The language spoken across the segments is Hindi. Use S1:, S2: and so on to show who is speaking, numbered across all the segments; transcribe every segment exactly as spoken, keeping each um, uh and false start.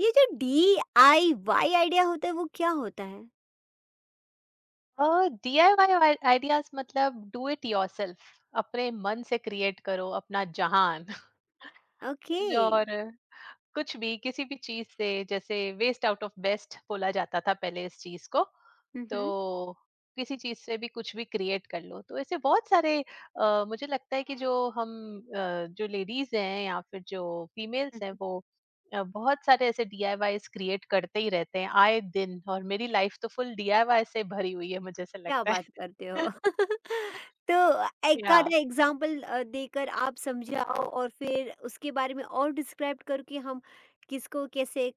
S1: ये जो डीआईवाई आइडिया होता है वो क्या होता है?
S2: डीआईवाई आइडियाज मतलब डू इट योरसेल्फ। अपने मन से क्रिएट करो अपना जहान।
S1: ओके।
S2: और कुछ भी किसी भी चीज से, जैसे वेस्ट आउट ऑफ बेस्ट बोला जाता था पहले इस चीज को,
S1: हुँ, हुँ,
S2: तो किसी चीज से भी कुछ भी क्रिएट कर लो। तो ऐसे बहुत सारे अ, मुझे लगता है कि जो हम अ, जो लेडीज हैं या फिर जो
S1: हुँ,
S2: फीमेल्स हैं
S1: हुँ।
S2: वो अ, बहुत सारे ऐसे डीआईवाईस क्रिएट करते ही रहते हैं आए दिन, और मेरी लाइफ तो फुल डीआईवाई से भरी हुई है, मुझे ऐसा
S1: क्या
S2: लगता
S1: बात करते
S2: है।
S1: हो? तो एक
S2: या
S1: आधा एग्ज़ाम्पल अ, देकर आप समझाओ और फिर उसके बारे में और डिस्क्राइब करो कि हम किसको कैसे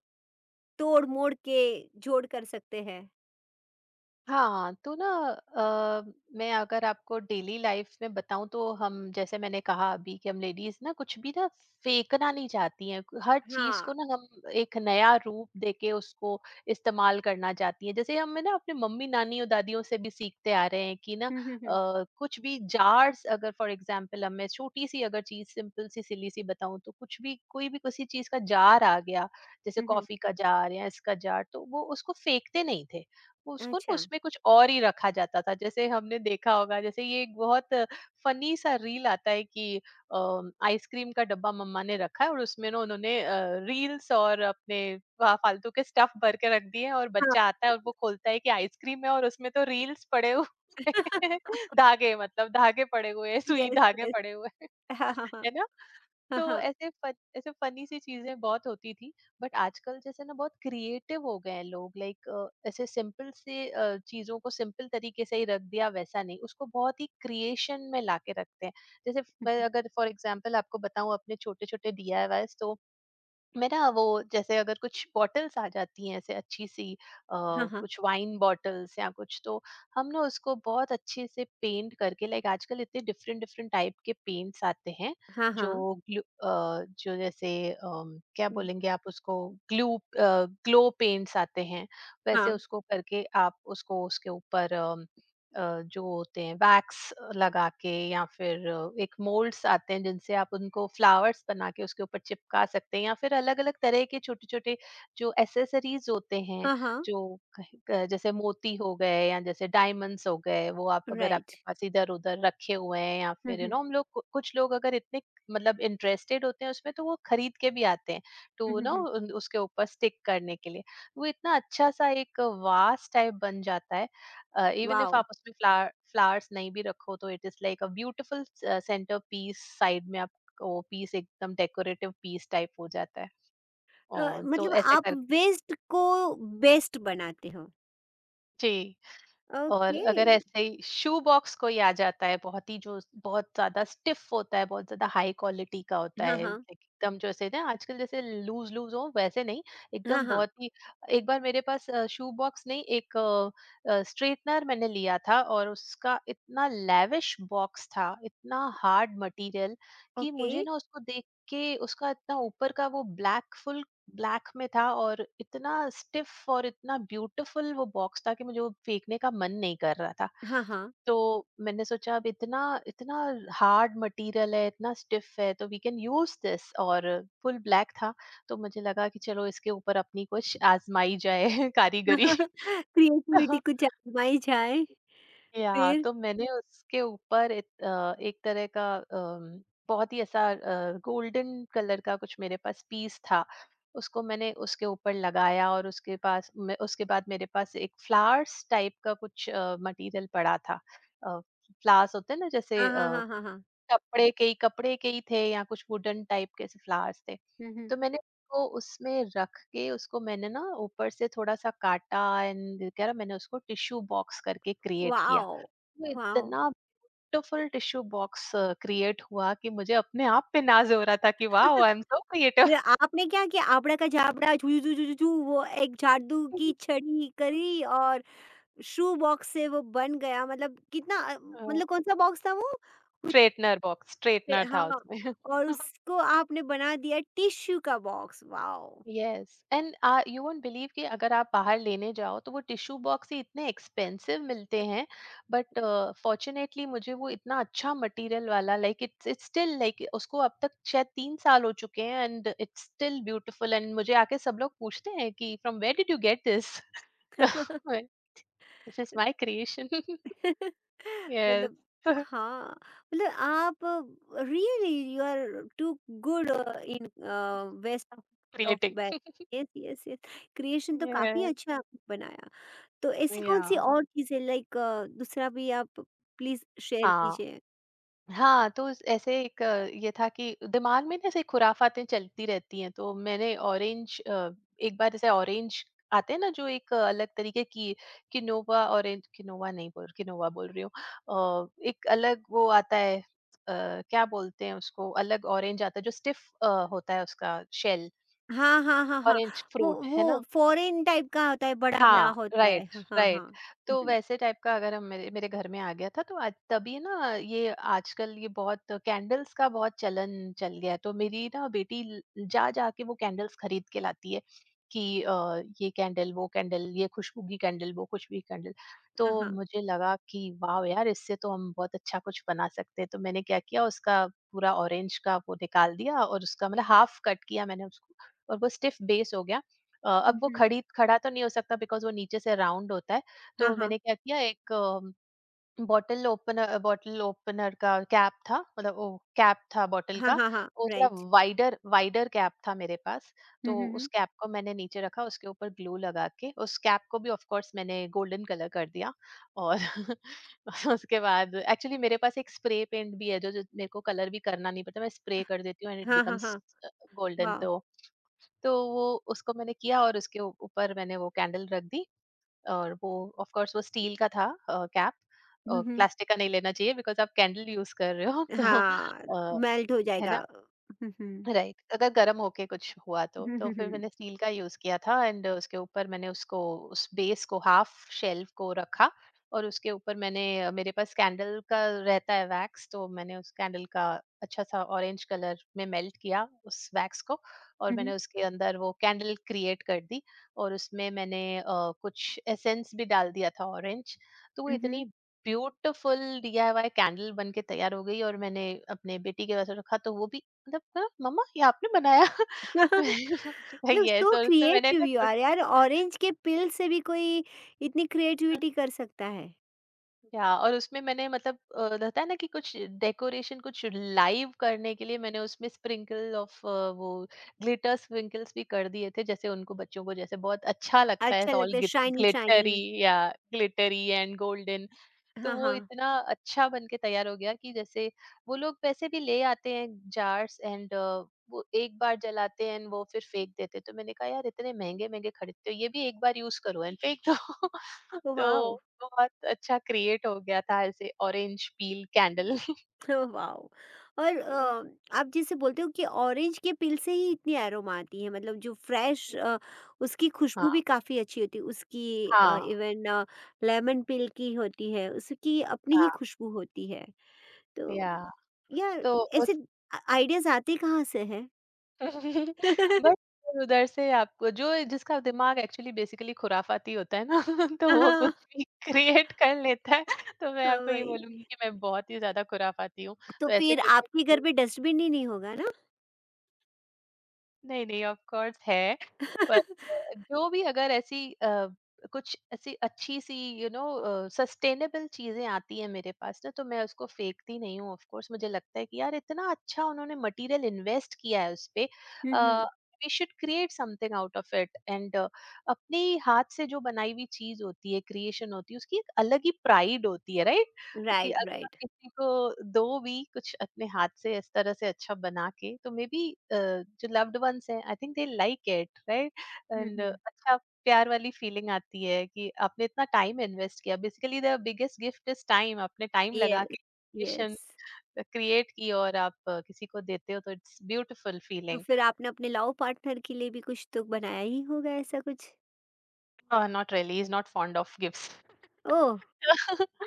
S1: तोड़-मोड़ के जोड़ कर सकते हैं।
S2: हाँ तो ना, अ, मैं अगर आपको डेली लाइफ में बताऊं तो हम, जैसे मैंने कहा अभी कि हम लेडीज ना कुछ भी ना फेंकना नहीं चाहती हैं, हर चीज
S1: हाँ।
S2: को ना हम एक नया रूप देके उसको इस्तेमाल करना चाहती हैं। जैसे हम ना अपने मम्मी नानी और दादियों से भी सीखते आ रहे हैं कि ना अ,
S1: हुँ, हुँ, हुँ।
S2: कुछ भी जार्स अगर फॉर एग्जांपल हम, मैं छोटी सी अगर चीज सिंपल सी सिली सी बताऊं तो कुछ भी, कोई भी किसी चीज का जार आ गया जैसे
S1: हुँ, हुँ।
S2: कॉफी का जार या इसका जार तो वो उसको फेंकते नहीं थे। उसको ना
S1: अच्छा।
S2: उसमें कुछ और ही रखा जाता था। जैसे हमने देखा होगा, जैसे ये एक बहुत फनी सा रील आता है कि अ, आइसक्रीम का डब्बा मम्मा ने रखा है और उसमें ना उन्होंने अ, रील्स और अपने फ़ा फ़ालतू के स्टफ भर के रख दिए हैं, और
S1: हाँ,
S2: बच्चा आता है और वो खोलता है कि आइसक्रीम है और उसमें तो रील्स पड़े हुए हैं। धागे, मतलब धागे पड़े हुए हैं, सुई
S1: यस,
S2: धागे
S1: यस।
S2: पड़े हुए हैं। है ना?
S1: हाँ,
S2: तो
S1: हाँ, हाँ।
S2: ऐसे फन ऐसे फनी सी चीजें बहुत होती थी। बट आजकल, जैसे ना, बहुत क्रिएटिव हो गए हैं लोग। लाइक ऐसे सिंपल से अ, चीजों को सिंपल तरीके से ही रख दिया वैसा नहीं, उसको बहुत ही क्रिएशन में लाके रखते हैं। जैसे फ- मैं अगर फॉर एग्जांपल आपको बताऊं अपने छोटे छोटे डीआईवाईस, तो मेरा वो, जैसे अगर कुछ बॉटल्स आ जाती हैं ऐसे अच्छी सी, अ,
S1: हाँ, हाँ। हुँ।
S2: कुछ वाइन बॉटल्स या कुछ, तो हम ना उसको बहुत अच्छे से पेंट करके, लाइक आजकल इतने डिफरेंट डिफरेंट टाइप के पेंट्स आते हैं
S1: हाँ, हाँ। हाँ,
S2: जो
S1: हाँ।
S2: ग्लू अ, जो जैसे, अम, क्या
S1: हुँ,
S2: बोलेंगे आप उसको, ग्लू ग्लो पेंट्स आते हैं, वैसे
S1: हाँ।
S2: उसको करके आप उसको, उसके ऊपर अ, जो होते हैं वैक्स लगा के, या फिर अ, एक मोल्ड्स आते हैं जिनसे आप उनको फ्लावर्स बना के उसके ऊपर चिपका सकते हैं, या फिर अलग अलग तरह के छोटे छोटे जो एसेसरीज होते हैं,
S1: हाँ, हाँ।
S2: जो कह- क- जैसे मोती हो गए या जैसे डायमंड्स हो गए, वो आप, अगर
S1: राइट।
S2: आपके पास इधर उधर रखे हुए हैं या
S1: हुँ,
S2: फिर, यू
S1: हुँ।
S2: नो, हम लोग कु- कुछ लोग अगर इतने मतलब इंटरेस्टेड होते हैं उसमें, तो वो खरीद के भी आते हैं,
S1: हुँ,
S2: टू
S1: हुँ,
S2: नो,
S1: हुँ।
S2: उसके ऊपर स्टिक करने के लिए। वो इतना अच्छा सा एक वास टाइप बन जाता है। Even if
S1: wow!
S2: आप उसमें फ्लावर फ्लावर्स नहीं भी रखो तो it is like a beautiful centre piece, side में आप वो पीस एकदम डेकोरेटिव पीस टाइप हो जाता है।
S1: अ,
S2: और तो
S1: मतलब
S2: ऐसे
S1: आप
S2: करके।
S1: वेस्ट को बेस्ट बनाते हो।
S2: जी। और
S1: ओके।
S2: अगर ऐसे ही शू बॉक्स कोई आ जाता है बहुत ही, जो बहुत ज्यादा स्टिफ होता है, बहुत ज्यादा हाई क्वालिटी का होता
S1: हाँ,
S2: है,
S1: हाँ।
S2: like एकदम, जो ऐसे ना आजकल जैसे लूज लूज हो वैसे नहीं,
S1: हाँ,
S2: एकदम
S1: हाँ।
S2: बहुत ही। एक बार मेरे पास शू बॉक्स नहीं, एक स्ट्रेटनर मैंने लिया था और उसका इतना लैविश बॉक्स था, इतना हार्ड मटेरियल, कि
S1: ओके।
S2: मुझे ना उसको देख के, उसका इतना ऊपर का वो ब्लैक, फुल ब्लैक में था और इतना स्टिफ और इतना ब्यूटीफुल वो बॉक्स था कि मुझे वो फेंकने का मन नहीं कर रहा था।
S1: हाँ, हाँ।
S2: तो मैंने सोचा अब इतना, इतना हार्ड मटेरियल है, इतना स्टिफ है, तो वी कैन यूज दिस, और फुल ब्लैक था, तो मुझे लगा कि चलो इसके ऊपर अपनी कुछ आजमाई जाए। कारीगरी।
S1: क्रिएटिविटी कुछ आजमाई जाए।
S2: या,
S1: फिर?
S2: तो मैंने उसके ऊपर इत- अ, एक तरह का अम, बहुत ही ऐसा गोल्डन कलर का कुछ मेरे पास पीस था, उसको मैंने उसके ऊपर लगाया, और उसके पास मैं- उसके बाद मेरे पास एक फ्लावर्स टाइप का कुछ मटेरियल पड़ा था। फ्लावर्स होते हैं ना जैसे,
S1: हाँ,
S2: अ,
S1: हाँ, हाँ, हाँ, हाँ।
S2: कपड़े के ही, कपड़े के ही थे या कुछ वुडन टाइप के ऐसे फ्लावर्स थे।
S1: हुँ, हुँ।
S2: तो मैंने उसको उसमें रख के, उसको मैंने ना ऊपर से थोड़ा सा काटा, एंड मैंने उसको टिश्यू बॉक्स करके क्रिएट किया।
S1: वॉव!
S2: वो
S1: वॉव!
S2: इतना ब्यूटीफुल टिश्यू बॉक्स क्रिएट हुआ कि मुझे अपने आप पे नाज़ हो रहा था कि wow, I am so creative.
S1: ये आपने क्या किया? आपड़ा का झापड़ा झू, झू, झू, झू, झू वो एक जादू की छड़ी करी और शू बॉक्स से वो बन गया। मतलब कितना अ,
S2: अ,
S1: मतलब कौन-सा बॉक्स था वो?
S2: स्ट्रेटनर बॉक्स,
S1: से
S2: स्ट्रेटनर
S1: हाँ,
S2: था उसमें।
S1: और उसको आपने बना दिया टिश्यू का box, wow!
S2: Yes, and uh, you won't believe कि अगर आप बाहर लेने जाओ तो वो टिश्यू बॉक्स ही इतने एक्सपेंसिव मिलते हैं। बट फॉर्च्यूनेटली मुझे वो इतना अच्छा मटेरियल वाला, like it's it's still, like उसको अब तक शायद 3 साल हो चुके हैं and it's still beautiful, and मुझे आके सब लोग पूछते हैं कि from where did you get this? तो This is my creation. Yes.
S1: मतलब हाँ, मतलब आप really you are too good in uh, waste of of
S2: creating.
S1: Waste. Yes, yes, yes. Creation तो काफ़ी
S2: यस।
S1: अच्छा आपने बनाया। तो ऐसी
S2: या।
S1: कौन-सी और चीज़ें लाइक अ, दूसरा भी आप प्लीज़ शेयर
S2: हाँ।
S1: कीजिए?
S2: हाँ तो उस- ऐसे एक, अ, ये था कि दिमाग में ना ऐसे खुराफातें चलती रहती हैं। तो मैंने ऑरेंज, अ, एक बार जैसे ऑरेंज आते हैं ना जो एक, अ, अलग तरीके की, किनोवा ऑरेंज, किनोवा नहीं, बोल किनोवा बोल रही हूँ, अ, एक अलग वो आता है, अ, क्या बोलते हैं उसको, अलग ऑरेंज आता है जो स्टिफ होता है उसका शेल।
S1: हाँ, हाँ, हाँ, हाँ।
S2: ऑरेंज
S1: वो
S2: फ्रूट है
S1: वो
S2: ना।
S1: फॉरेन टाइप का होता है, बड़ा-बड़ा
S2: हाँ,
S1: होता है।
S2: राइट,
S1: हाँ, हाँ,
S2: राइट।
S1: हाँ। हुँ,
S2: तो
S1: हुँ।
S2: वैसे टाइप का अगर हम, मेरे मेरे घर में आ गया था तो आज तभी ना ये, आजकल ये बहुत कैंडल्स का बहुत चलन चल गया है। तो मेरी ना बेटी, ल जा जा के वो कैंडल्स खरीद के लाती है कि अ, ये कैंडल, वो कैंडल, ये खुशबू की कैंडल, वो खुशबू की कैंडल।
S1: हाँ,
S2: तो
S1: हाँ।
S2: मुझे लगा कि वाओ यार! इससे तो हम बहुत अच्छा कुछ बना सकते हैं। तो मैंने क्या किया, उसका पूरा ऑरेंज का वो निकाल दिया, और उसका मतलब हाफ कट किया मैंने उसको, और वो स्टिफ बेस हो गया। अ,
S1: हुँ,
S2: अब वो
S1: हुँ।
S2: खड़ी खड़ा तो नहीं हो सकता बिकॉज़ वो नीचे से राउंड होता है,
S1: हाँ,
S2: तो
S1: हाँ।
S2: मैंने क्या किया, एक अ, बॉटल ओपनर बॉटल ओपनर का कैप था, मतलब वो कैप था बॉटल
S1: हाँ,
S2: का,
S1: हाँ, हाँ।
S2: वो थोड़ा
S1: राइट।
S2: वाइडर वाइडर कैप था मेरे पास,
S1: हुँ,
S2: तो
S1: हुँ,
S2: उस
S1: हुँ।
S2: कैप को मैंने नीचे रखा, उसके ऊपर ग्लू लगा के उस कैप को भी, ऑफ कोर्स, मैंने गोल्डन कलर कर दिया। और उसके बाद एक्चुअली मेरे पास एक स्प्रे पेंट भी है जो, जो मेरे को कलर भी करना नहीं पड़ता, मैं स्प्रे कर देती हूँ एंड इट
S1: हाँ, हाँ,
S2: बिकम्स
S1: हाँ।
S2: Golden,
S1: wow!
S2: तो तो वो, उसको मैंने किया और उसके ऊ- ऊपर मैंने वो कैंडल रख दी। और वो, ऑफ कोर्स, वो स्टील का था कैप।
S1: हुँ, हुँ।
S2: प्लास्टिक का नहीं लेना चाहिए बिकॉज आप कैंडल यूज कर रहे हो। तो
S1: हाँ,
S2: अ,
S1: मेल्ट हो
S2: है,
S1: जाएगा। हुँ, हुँ।
S2: राइट, अगर गर्म होके कुछ हुआ, तो
S1: हुँ,
S2: तो
S1: हुँ,
S2: फिर
S1: हुँ।
S2: मैंने स्टील का यूज किया था। एंड उसके ऊपर मैंने उसको, उस बेस को, हाफ शेल्फ को रखा, और उसके ऊपर मैंने, अ, मेरे पास कैंडल का रहता है वैक्स, तो मैंने उस कैंडल का अच्छा सा ऑरेंज कलर में मेल्ट किया उस वैक्स को, और
S1: हुँ,
S2: मैंने
S1: हुँ।
S2: उसके अंदर वो कैंडल क्रिएट कर दी। और उसमें मैंने अ, कुछ एसेंस भी डाल दिया था, ऑरेंज। तो वो
S1: हुँ, हुँ।
S2: इतनी ब्यूटीफुल डीआईवाई कैंडल बन के तैयार हो गई, और मैंने अपने बेटी के पास रखा तो वो भी मतलब कहा, "मम्मा, ये आपने बनाया?" मैंने कहा,
S1: मतलब
S2: "यस",
S1: सो
S2: और उसमें मैंने
S1: क्रिएटिव
S2: ना
S1: यू
S2: थोड़ी।
S1: आर यार, ऑरेंज के पील से भी कोई इतनी क्रिएटिविटी कर सकता है।
S2: या, और उसमें मैंने मतलब, अ, रहता है ना कि कुछ डेकोरेशन, कुछ लाइव करने के लिए मैंने उसमें स्प्रिंकल ऑफ वो ग्लिटर स्प्रिंकल्स भी कर दिए थे, जैसे उनको बच्चों को जैसे बहुत अच्छा लगता है
S1: अच्छा
S2: ऑल
S1: लगता है, शाइनी शाइनी।
S2: ग्लिटरी, या ग्लिटरी एंड गोल्डन। तो
S1: हाँ,
S2: वो
S1: हाँ।
S2: इतना अच्छा बन के तैयार हो गया कि जैसे वो लोग वैसे भी ले आते हैं जार्स, एंड वो एक बार जलाते हैं and वो फिर फेंक देते हैं। तो मैंने कहा, यार, इतने महंगे महंगे खरीदते हो, ये भी एक बार यूज करो एंड फेंक दो।
S1: Oh wow!
S2: तो बहुत अच्छा क्रिएट हो गया था ऐसे orange peel candle.
S1: Oh wow! और अ, आप जैसे बोलते हो कि ऑरेंज के पील से ही इतनी एरोमा आती है, मतलब जो फ्रेश अ, उसकी खुशबू
S2: हाँ,
S1: भी काफ़ी अच्छी होती है, उसकी अ,
S2: हाँ,
S1: इवन अ, लेमन पील की होती है, उसकी अपनी ही
S2: हाँ।
S1: खुशबू होती है। तो
S2: या,
S1: यार
S2: तो
S1: ऐसे आ आइडियाज़ आते कहाँ से हैं?
S2: बट फिर उधर से आपको, जो जिसका दिमाग एक्चुअली बेसिकली खुराफाती होता है ना, तो वो
S1: हाँ,
S2: कुछ भी क्रिएट कर लेता है। तो मैं
S1: हाँ
S2: आपको ये
S1: वही।
S2: बोलूँगी कि मैं बहुत ही ज़्यादा खुराफाती हूँ।
S1: तो
S2: तो ऐसे
S1: फिर
S2: करके
S1: आपके घर
S2: मैंने,
S1: पे डस्टबिन ही नहीं होगा ना?
S2: नहीं, नहीं, ऑफ़ कोर्स है। पर अ, जो भी, अगर ऐसी, अ, कुछ ऐसी अच्छी-सी, यू नो, अ, सस्टेनेबल चीज़ें आती हैं मेरे पास ना, तो मैं उसको फेंकती नहीं हूँ, ऑफ़ कोर्स। मुझे लगता है कि यार, इतना अच्छा उन्होंने मटेरियल इन्वेस्ट किया है उसपे,
S1: हुँ,
S2: अ,
S1: हुँ।
S2: We should create something out of it, and अपने हाथ से जो बनाई हुई चीज़ होती है, क्रिएशन होती है, उसकी एक अलग ही प्राइड होती है, राइट? क्योंकि
S1: राइट,
S2: अगर आप
S1: राइट।
S2: किसी को दो भी कुछ अपने हाथ से इस तरह से अच्छा बना के तो मे बी जो लव्ड वंस हैं I think they like it right
S1: हुँ,
S2: एंड
S1: हुँ।
S2: अच्छा प्यार वाली फीलिंग आती है कि आपने इतना टाइम इन्वेस्ट किया। Basically the biggest gift is time. आपने टाइम लगा
S1: यस,
S2: के
S1: यस।
S2: क्रिएट की और आप अ, किसी को देते हो तो इट्स ब्यूटीफुल
S1: तो
S2: फीलिंग।
S1: फिर आपने अपने लव पार्टनर के लिए भी कुछ तो बनाया ही होगा ऐसा कुछ?
S2: Not really, is not fond of gift.
S1: Oh!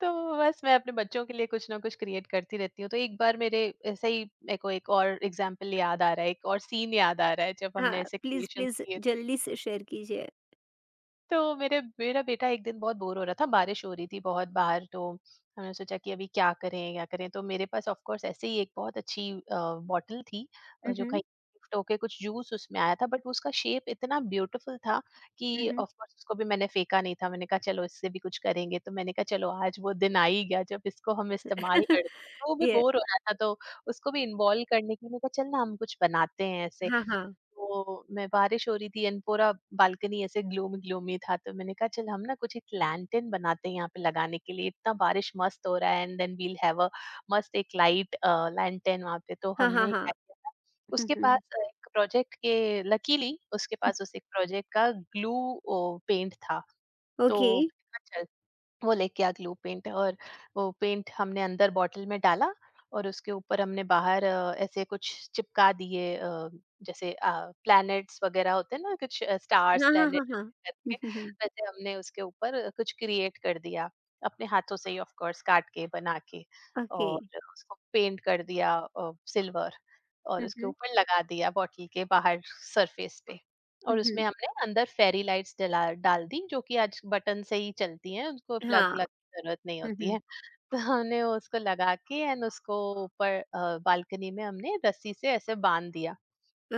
S2: तो बस मैं अपने बच्चों के लिए कुछ ना कुछ क्रिएट करती रहती हूँ। तो एक बार मेरे ऐसे ही मेरे को एक और एग्जांपल याद आ रहा है, एक और सीन याद आ रहा है जब हमने
S1: हाँ,
S2: ऐसे
S1: प्लीज़,
S2: क्रिएशंस
S1: प्लीज़
S2: किए।
S1: जल्दी से शेयर कीजिए।
S2: तो मेरे मेरा बेटा एक दिन बहुत बोर हो रहा था, बारिश हो रही थी बहुत बाहर। तो हमने सोचा कि अभी क्या करें क्या करें। तो मेरे पास ऑफ कोर्स ऐसे ही एक बहुत अच्छी बॉटल थी, अ,
S1: हुँ,
S2: जो
S1: हुँ,
S2: कहीं गिफ्ट होके कुछ जूस उसमें आया था, बट उसका शेप इतना ब्यूटीफुल था
S1: हुँ,
S2: कि
S1: हुँ।
S2: ऑफ कोर्स उसको भी मैंने फेंका नहीं था। मैंने कहा चलो इससे भी कुछ करेंगे। तो मैंने कहा चलो आज वो दिन आ ही गया जब इसको हम इस्तेमाल करते हैं। तो वो भी
S1: ये
S2: बोर हो रहा था तो उसको भी इन्वॉल्व करने के लिए मैंने कहा चल ना हम कुछ बनाते हैं ऐसे।
S1: हाँ, हाँ।
S2: तो मैं, बारिश हो रही थी एंड पूरा बालकनी ऐसे ग्लूमी ग्लूमी था, तो मैंने कहा चल हम ना कुछ एक लैंटर्न बनाते हैं यहाँ पे लगाने के लिए। इतना बारिश मस्त हो रहा है and then we'll have a मस्त एक लाइट लैंटर्न वहाँ पे। तो
S1: हाँ, हाँ,
S2: हमने
S1: हाँ।
S2: क्या किया था,
S1: हुँ,
S2: उसके पास
S1: हुँ,
S2: अ, एक प्रोजेक्ट के लकीली उसके
S1: हुँ।
S2: पास उस एक प्रोजेक्ट का ग्लू पेंट था।
S1: ओके।
S2: तो मैंने कहा, "चल, वो लेके आ ग्लू पेंट।" और वो पेंट हमने अंदर बॉटल में डाला और उसके ऊपर हमने बाहर अ, ऐसे कुछ चिपका दिए, अ, जैसे प्लैनेट्स वगैरह होते हैं ना, कुछ स्टार्स,
S1: हाँ, हाँ,
S2: प्लैनेट
S1: हाँ, हाँ। हुँ,
S2: करके,
S1: हुँ, हुँ।
S2: वैसे हमने उसके ऊपर कुछ क्रिएट कर दिया अपने हाथों से ही ऑफ कोर्स काट के बना के,
S1: ओके।
S2: और उसको पेंट कर दिया सिल्वर, और
S1: हुँ,
S2: उसके
S1: हुँ,
S2: ऊपर लगा दिया बॉटल के बाहर सरफेस पे।
S1: हुँ,
S2: और उसमें
S1: हुँ।
S2: हमने अंदर फेरी लाइट्स डला डाल दी जो कि आज बटन से ही चलती हैं, उनको प्लग
S1: हाँ।
S2: व्लग की ज़रूरत नहीं
S1: हुँ,
S2: होती
S1: हुँ।
S2: है। तो हमने उसको लगा के एंड उसको ऊपर अ, बालकनी में हमने रस्सी से ऐसे बाँध दिया।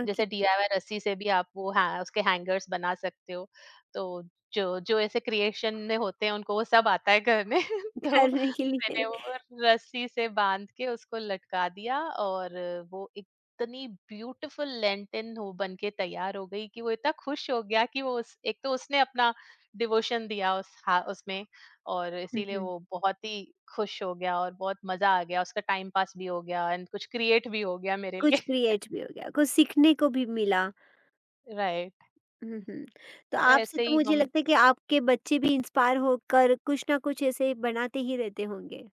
S1: ओके।
S2: जैसे डीआईवाई रस्सी से भी आप वो है उसके हैंगर्स बना सकते हो। तो जो जो ऐसे क्रिएशन में होते हैं उनको वो सब आता है करने। तो
S1: करने के लिए।
S2: मैंने वो रस्सी से बांध के उसको लटका दिया। और वो इतनी ब्यूटीफुल लेंटिन हो बन के तैयार हो गई कि वो इतना खुश हो गया कि वो उस एक, तो उसने अपना डिवोशन दिया उस हा, उसमें। और
S1: हुँ,
S2: इसीलिए
S1: हुँ।
S2: वो बहुत ही खुश हो गया और बहुत मजा आ गया, उसका टाइम पास भी हो गया एंड कुछ क्रिएट भी हो गया मेरे
S1: कुछ
S2: लिए।
S1: क्रिएट भी हो गया, कुछ सीखने को भी मिला।
S2: राइट।
S1: हुँ, हुँ। तो
S2: तो
S1: आपसे
S2: ऐसे
S1: तो
S2: ही
S1: मुझे
S2: हम,
S1: लगता है कि आपके बच्चे भी इंस्पायर होकर कुछ ना कुछ ऐसे बनाते ही रहते होंगे।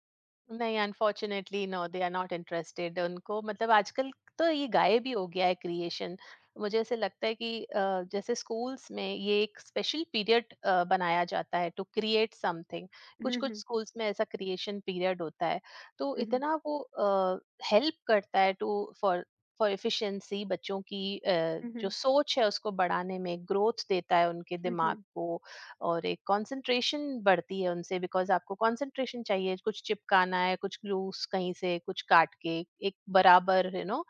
S2: नहीं, unfortunately no, they are not interested. उनको मतलब आजकल तो ये गायब ही हो गया है क्रिएशन। मुझे ऐसे लगता है कि अ, जैसे स्कूल्स में ये एक स्पेशल पीरियड अ, बनाया जाता है टू क्रिएट समथिंग।
S1: हुँ,
S2: कुछ-कुछ
S1: हुँ।
S2: स्कूल्स में ऐसा क्रिएशन पीरियड होता है। तो
S1: हुँ, हुँ।
S2: इतना वो अ, हेल्प करता है, टू फॉर फॉर एफिशिएंसी बच्चों की, अ,
S1: हुँ,
S2: जो
S1: हुँ।
S2: सोच है उसको बढ़ाने में, ग्रोथ देता है उनके
S1: हुँ,
S2: दिमाग
S1: हुँ।
S2: को। और एक कंसंट्रेशन बढ़ती है उनसे, बिकॉज आपको कंसंट्रेशन चाहिए कुछ चिपकाना है कुछ ग्लूस कहीं से कुछ काट के एक बराबर यू नो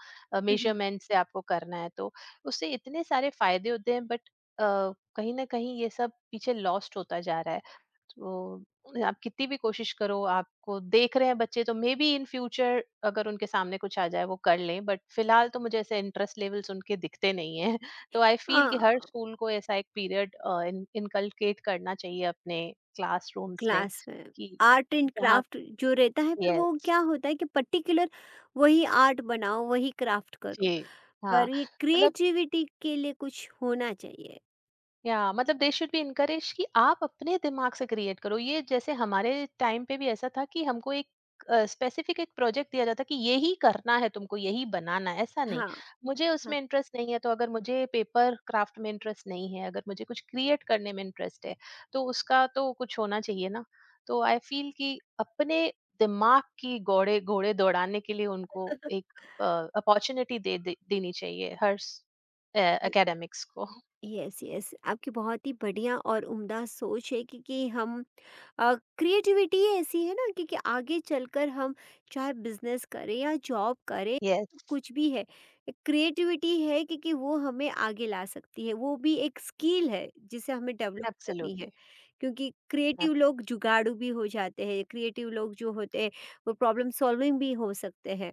S1: हुँ, हुँ।
S2: मेजरमेंट से आपको करना है। तो उससे इतने सारे फायदे होते हैं, बट कहीं ना कहीं ये सब पीछे लॉस्ट होता जा रहा है। तो आप कितनी भी कोशिश करो, आपको देख रहे हैं बच्चे तो मे बी इन फ्यूचर अगर उनके सामने कुछ आ जाए वो कर लें, बट फिलहाल तो मुझे ऐसे इंटरेस्ट लेवल्स उनके दिखते नहीं हैं। तो आई फील
S1: हाँ,
S2: कि हर स्कूल को ऐसा एक पीरियड इनकलकेट करना चाहिए अपने क्लासरूम्स में,
S1: क्लास में
S2: कि
S1: आर्ट एंड
S2: जहाँ।
S1: क्राफ्ट जो रहता है पर वो
S2: यस।
S1: क्या होता है कि पर्टिकुलर वही आर्ट बनाओ, वही क्राफ्ट करो,
S2: जी हाँ,
S1: और ये
S2: मतलब,
S1: क्रिएटिविटी के लिए कुछ होना चाहिए।
S2: या मतलब दे शुड बी इनकरेज कि आप अपने दिमाग से क्रिएट करो। ये जैसे हमारे टाइम पे भी ऐसा था कि हमको एक स्पेसिफिक एक प्रोजेक्ट दिया जाता कि यही करना है तुमको, यही बनाना है, ऐसा नहीं।
S1: हाँ,
S2: मुझे
S1: हाँ।
S2: उसमें इंटरेस्ट नहीं है तो अगर मुझे पेपर क्राफ्ट में इंटरेस्ट नहीं है, अगर मुझे कुछ क्रिएट करने में इंटरेस्ट है तो उसका तो कुछ होना चाहिए ना। तो आई फील कि अपने दिमाग की घोड़े घोड़े दौड़ाने के लिए उनको एक अपॉर्चुनिटी दे, दे देनी चाहिए हर एकेडमिक्स को।
S1: Yes, yes. आपकी बहुत ही बढ़िया और उम्दा सोच है, क्योंकि हम क्रिएटिविटी ऐसी है ना क्योंकि आगे चलकर हम चाहे बिजनेस करें या जॉब करें,
S2: यस।
S1: कुछ भी है, क्रिएटिविटी है क्योंकि वो हमें आगे ला सकती है, वो भी एक स्किल है जिसे हमें डेवलप करनी है,
S2: Absolutely.
S1: क्योंकि क्रिएटिव
S2: Ab
S1: लोग जुगाड़ू भी हो जाते हैं, क्रिएटिव लोग जो होते हैं वो प्रॉब्लम सॉल्विंग भी हो सकते हैं।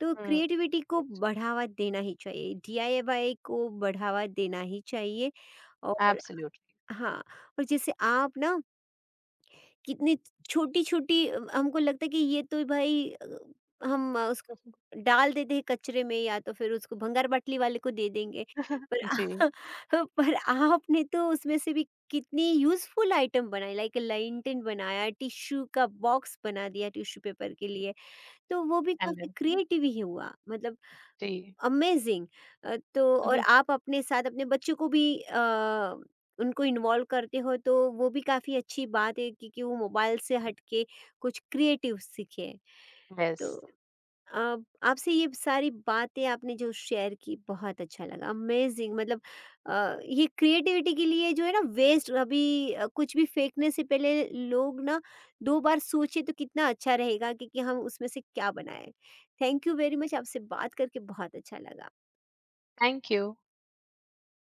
S1: तो
S2: mm.
S1: क्रिएटिविटी को बढ़ावा देना ही चाहिए, डीआईवाई को बढ़ावा देना ही चाहिए। और
S2: Absolutely.
S1: हाँ, और जैसे आप ना कितनी छोटी छोटी, हमको लगता है कि ये तो भाई अ, हम अ, उसको
S2: Mhm.
S1: डाल देते हैं कचरे में या तो फिर उसको भंगार बाटली वाले को दे देंगे, पर आ- पर आपने तो उसमें से भी कितनी यूजफुल आइटम बनाई, लाइक लाइंटन बनाया, टिश्यू का बॉक्स बना दिया टिश्यू पेपर के लिए, तो वो भी
S2: And
S1: काफी
S2: then, mm,
S1: क्रिएटिव ही हुआ। मतलब अमेजिंग। अ, तो और
S2: Mhm.
S1: आप अपने साथ अपने बच्चों को भी अ, उनको इन्वॉल्व करते हो, तो वो भी काफ़ी अच्छी बात है, क्योंकि वो मोबाइल से हटके कुछ क्रिएटिव सीखे। तो
S2: Yes.
S1: आप आपसे ये सारी बातें आपने जो शेयर की बहुत अच्छा लगा, अमेजिंग मतलब अ, ये क्रिएटिविटी के लिए जो है ना वेस्ट, अभी अ, कुछ भी फेंकने से पहले लोग ना दो बार सोचे तो कितना अच्छा रहेगा कि, कि, हम उसमें से क्या बनाए। थैंक यू वेरी मच, आपसे बात करके बहुत अच्छा लगा।
S2: Thank you.